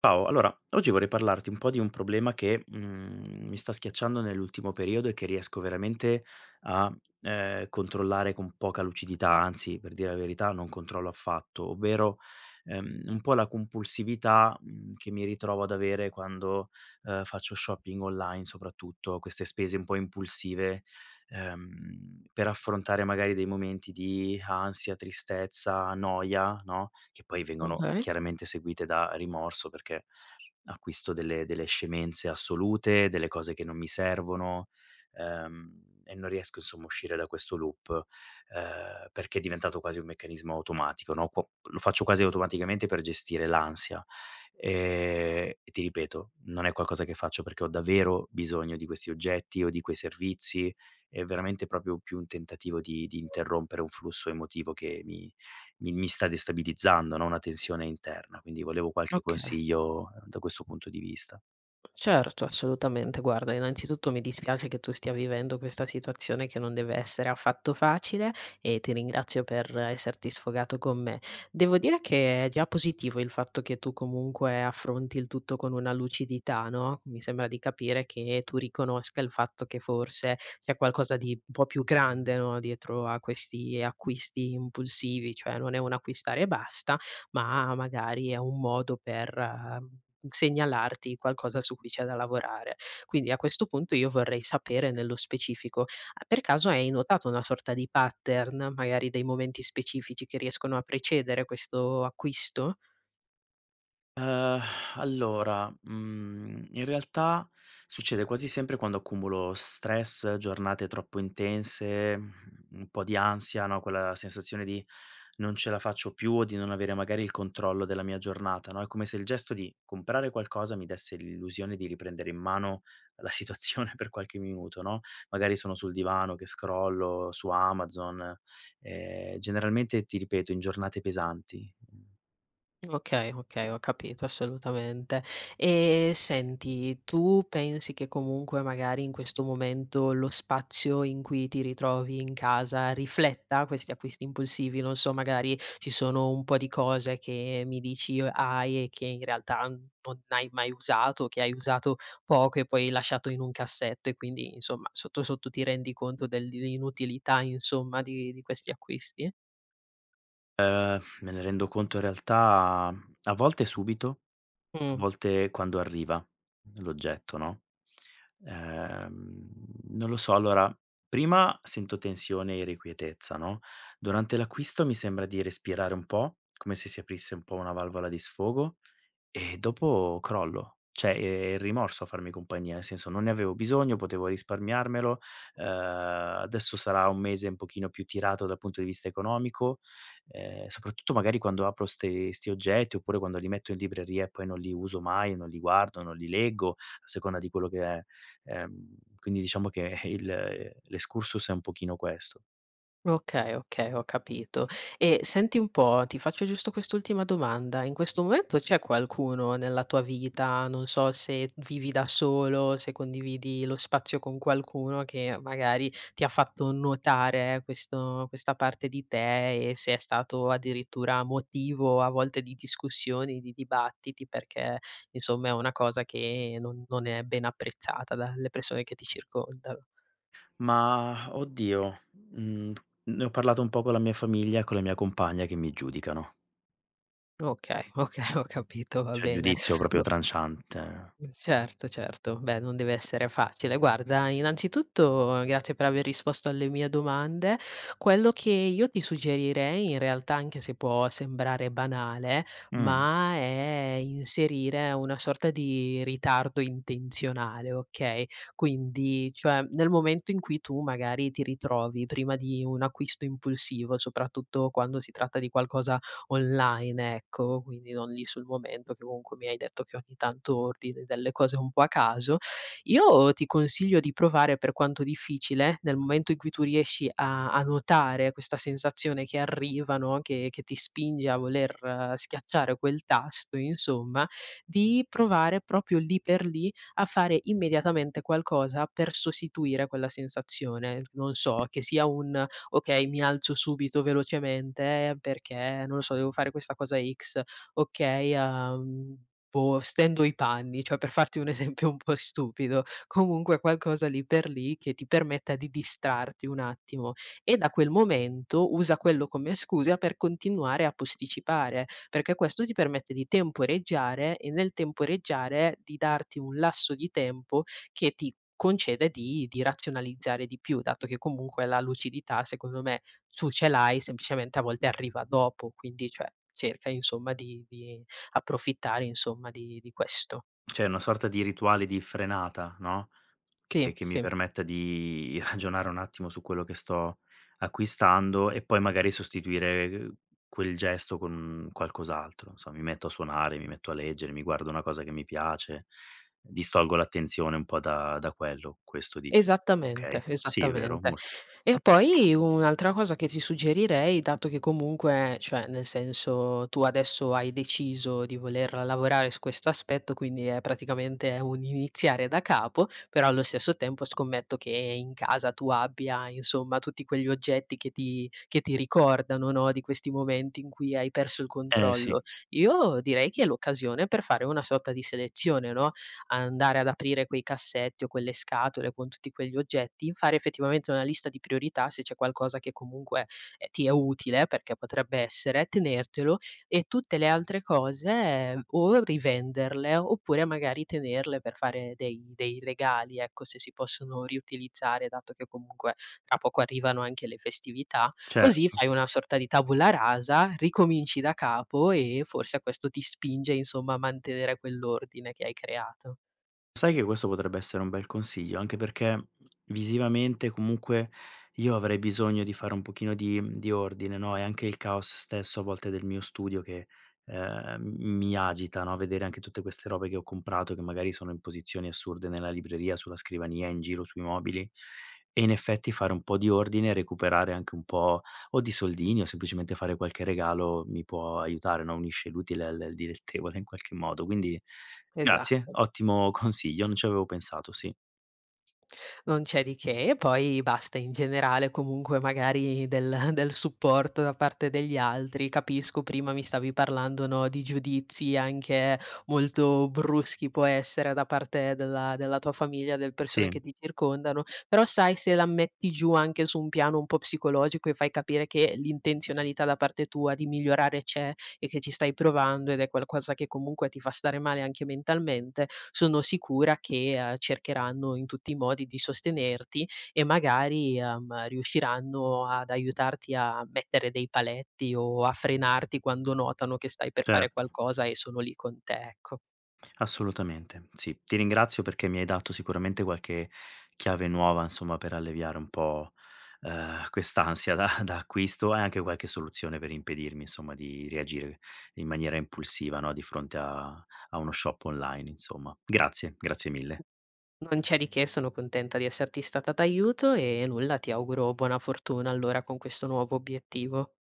Ciao, allora oggi vorrei parlarti un po' di un problema che, mi sta schiacciando nell'ultimo periodo e che riesco veramente a, controllare con poca lucidità, anzi, per dire la verità, non controllo affatto, ovvero, un po' la compulsività, che mi ritrovo ad avere quando, faccio shopping online soprattutto, queste spese un po' impulsive per affrontare magari dei momenti di ansia, tristezza, noia, no, che poi vengono Okay, chiaramente seguite da rimorso perché acquisto delle scemenze assolute, delle cose che non mi servono, e non riesco insomma a uscire da questo loop, perché è diventato quasi un meccanismo automatico, no, qua lo faccio quasi automaticamente per gestire l'ansia. E ti ripeto, non è qualcosa che faccio perché ho davvero bisogno di questi oggetti o di quei servizi, è veramente proprio più un tentativo di interrompere un flusso emotivo che mi sta destabilizzando, no, una tensione interna. Quindi volevo qualche okay. consiglio, da questo punto di vista. Certo, assolutamente. Guarda, innanzitutto mi dispiace che tu stia vivendo questa situazione che non deve essere affatto facile e ti ringrazio per esserti sfogato con me. Devo dire che è già positivo il fatto che tu comunque affronti il tutto con una lucidità, no, mi sembra di capire che tu riconosca il fatto che forse c'è qualcosa di un po' più grande, no, dietro a questi acquisti impulsivi, cioè non è un acquistare e basta, ma magari è un modo per, mhmm, segnalarti qualcosa su cui c'è da lavorare. Quindi a questo punto io vorrei sapere nello specifico: ah, per caso hai notato una sorta di pattern, magari dei momenti specifici che riescono a precedere questo acquisto? Ehm, in realtà succede quasi sempre quando accumulo stress, giornate troppo intense, un po' di ansia, no, quella sensazione di non ce la faccio più o di non avere magari il controllo della mia giornata, no, è come se il gesto di comprare qualcosa mi desse l'illusione di riprendere in mano la situazione per qualche minuto, no, magari sono sul divano che scrollo su Amazon, generalmente ti ripeto in giornate pesanti. Okay, okay, ho capito assolutamente. E senti, tu pensi che comunque magari in questo momento lo spazio in cui ti ritrovi in casa rifletta questi acquisti impulsivi? Non so, magari ci sono un po' di cose che mi dici hai e che in realtà non hai mai usato, che hai usato poco e poi lasciato in un cassetto e quindi insomma sotto sotto ti rendi conto dell'inutilità insomma di questi acquisti? Me ne rendo conto in realtà a volte subito, a Mh. volte quando arriva l'oggetto, no, ehm, non lo so, allora prima sento tensione e irrequietezza, no, durante l'acquisto mi sembra di respirare un po', come se si aprisse un po' una valvola di sfogo e dopo crollo. Cioè, è il rimorso a farmi compagnia, nel senso non ne avevo bisogno, potevo risparmiarmelo, adesso sarà un mese un pochino più tirato dal punto di vista economico, soprattutto magari quando apro 'ste 'sti oggetti, oppure quando li metto in libreria e poi non li uso mai, non li guardo, non li leggo, a seconda di quello che è. Quindi diciamo che il l'excursus è un pochino questo. Okay, okay, ho capito. E senti un po', ti faccio giusto quest'ultima domanda: in questo momento c'è qualcuno nella tua vita, non so se vivi da solo, se condividi lo spazio con qualcuno, che magari ti ha fatto notare questo questa parte di te e se è stato addirittura motivo a volte di discussioni, di dibattiti, perché insomma è una cosa che non è ben apprezzata dalle persone che ti circondano. Ma oddio, mhmm, ne ho parlato un po' con la mia famiglia e con la mia compagna che mi giudicano. Okay, okay, ho capito, va Cioè bene. giudizio proprio Boh. tranciante. Certo, certo. Beh, non deve essere facile. Guarda, innanzitutto grazie per aver risposto alle mie domande. Quello che io ti suggerirei, in realtà, anche se può sembrare banale, Mh. ma è inserire una sorta di ritardo intenzionale, okay, quindi, cioè, nel momento in cui tu magari ti ritrovi prima di un acquisto impulsivo, soprattutto quando si tratta di qualcosa online, ecco, quindi non lì sul momento che comunque mi hai detto che ogni tanto ordini delle cose un po' a caso. Io ti consiglio di provare per quanto difficile, nel momento in cui tu riesci a notare questa sensazione che arriva, no, che ti spinge a voler schiacciare quel tasto insomma, di provare proprio lì per lì a fare immediatamente qualcosa per sostituire quella sensazione. Non so, che sia un okay, mi alzo subito velocemente perché, non lo so, devo fare questa cosa X, okay, boh, stendo i panni, cioè per farti un esempio un po' stupido, comunque qualcosa lì per lì che ti permetta di distrarti un attimo e da quel momento usa quello come scusa per continuare a posticipare, perché questo ti permette di temporeggiare e nel temporeggiare di darti un lasso di tempo che ti concede di razionalizzare di più, dato che comunque la lucidità secondo me tu ce l'hai, semplicemente a volte arriva dopo, quindi cioè cerca insomma di approfittare insomma di questo. Cioè una sorta di rituale di frenata, no, Sì, che mi sì. permetta di ragionare un attimo su quello che sto acquistando e poi magari sostituire quel gesto con qualcos'altro. Non so, mi metto a suonare, mi metto a leggere, mi guardo una cosa che mi piace, distolgo l'attenzione un po' da quello, questo dici? Esattamente, Okay. Sì, è vero, esattamente. mol E poi un'altra cosa che ti suggerirei, dato che comunque, cioè nel senso, tu adesso hai deciso di voler lavorare su questo aspetto, quindi è praticamente è un iniziare da capo, però allo stesso tempo scommetto che in casa tu abbia, insomma, tutti quegli oggetti che ti ricordano, no, di questi momenti in cui hai perso il eh sì, controllo. Io direi che è l'occasione per fare una sorta di selezione, no, andare ad aprire quei cassetti o quelle scatole con tutti quegli oggetti, fare effettivamente una lista di priorità se c'è qualcosa che comunque, ti è utile, perché potrebbe essere, tenertelo e tutte le altre cose, o rivenderle oppure magari tenerle per fare dei regali, ecco, se si possono riutilizzare, dato che comunque tra poco arrivano anche le festività, così certo. fai una sorta di tabula rasa, ricominci da capo e forse questo ti spinge, insomma, a mantenere quell'ordine che hai creato. Sai che questo potrebbe essere un bel consiglio, anche perché visivamente comunque io avrei bisogno di fare un pochino di di ordine, no, e anche il caos stesso a volte del mio studio che, mi agita, no, vedere anche tutte queste robe che ho comprato, che magari sono in posizioni assurde nella libreria, sulla scrivania, in giro sui mobili, e in effetti fare un po' di ordine e recuperare anche un po' o di soldini o semplicemente fare qualche regalo mi può aiutare, no, unisce l'utile al dilettevole in qualche modo. Quindi grazie, Esatto, ottimo consiglio, non ci avevo pensato, sì. non c'è di che. E poi basta, in generale comunque magari del supporto da parte degli altri. Capisco, prima mi stavi parlando, no, di giudizi anche molto bruschi, può essere, da parte della tua famiglia, delle persone Sì, che ti circondano, però sai se la metti giù anche su un piano un po' psicologico e fai capire che l'intenzionalità da parte tua di migliorare c'è e che ci stai provando ed è qualcosa che comunque ti fa stare male anche mentalmente, sono sicura che, cercheranno in tutti i modi di sostenerti e magari, riusciranno ad aiutarti a mettere dei paletti o a frenarti quando notano che stai per fare certo, qualcosa e sono lì con te, ecco. assolutamente. Sì, ti ringrazio perché mi hai dato sicuramente qualche chiave nuova, insomma, per alleviare un po', quest'ansia da acquisto e anche qualche soluzione per impedirmi, insomma, di reagire in maniera impulsiva, no, di fronte a a uno shop online, insomma. Grazie, grazie mille. Non c'è di che, sono contenta di esserti stata d'aiuto e nulla, ti auguro buona fortuna allora con questo nuovo obiettivo.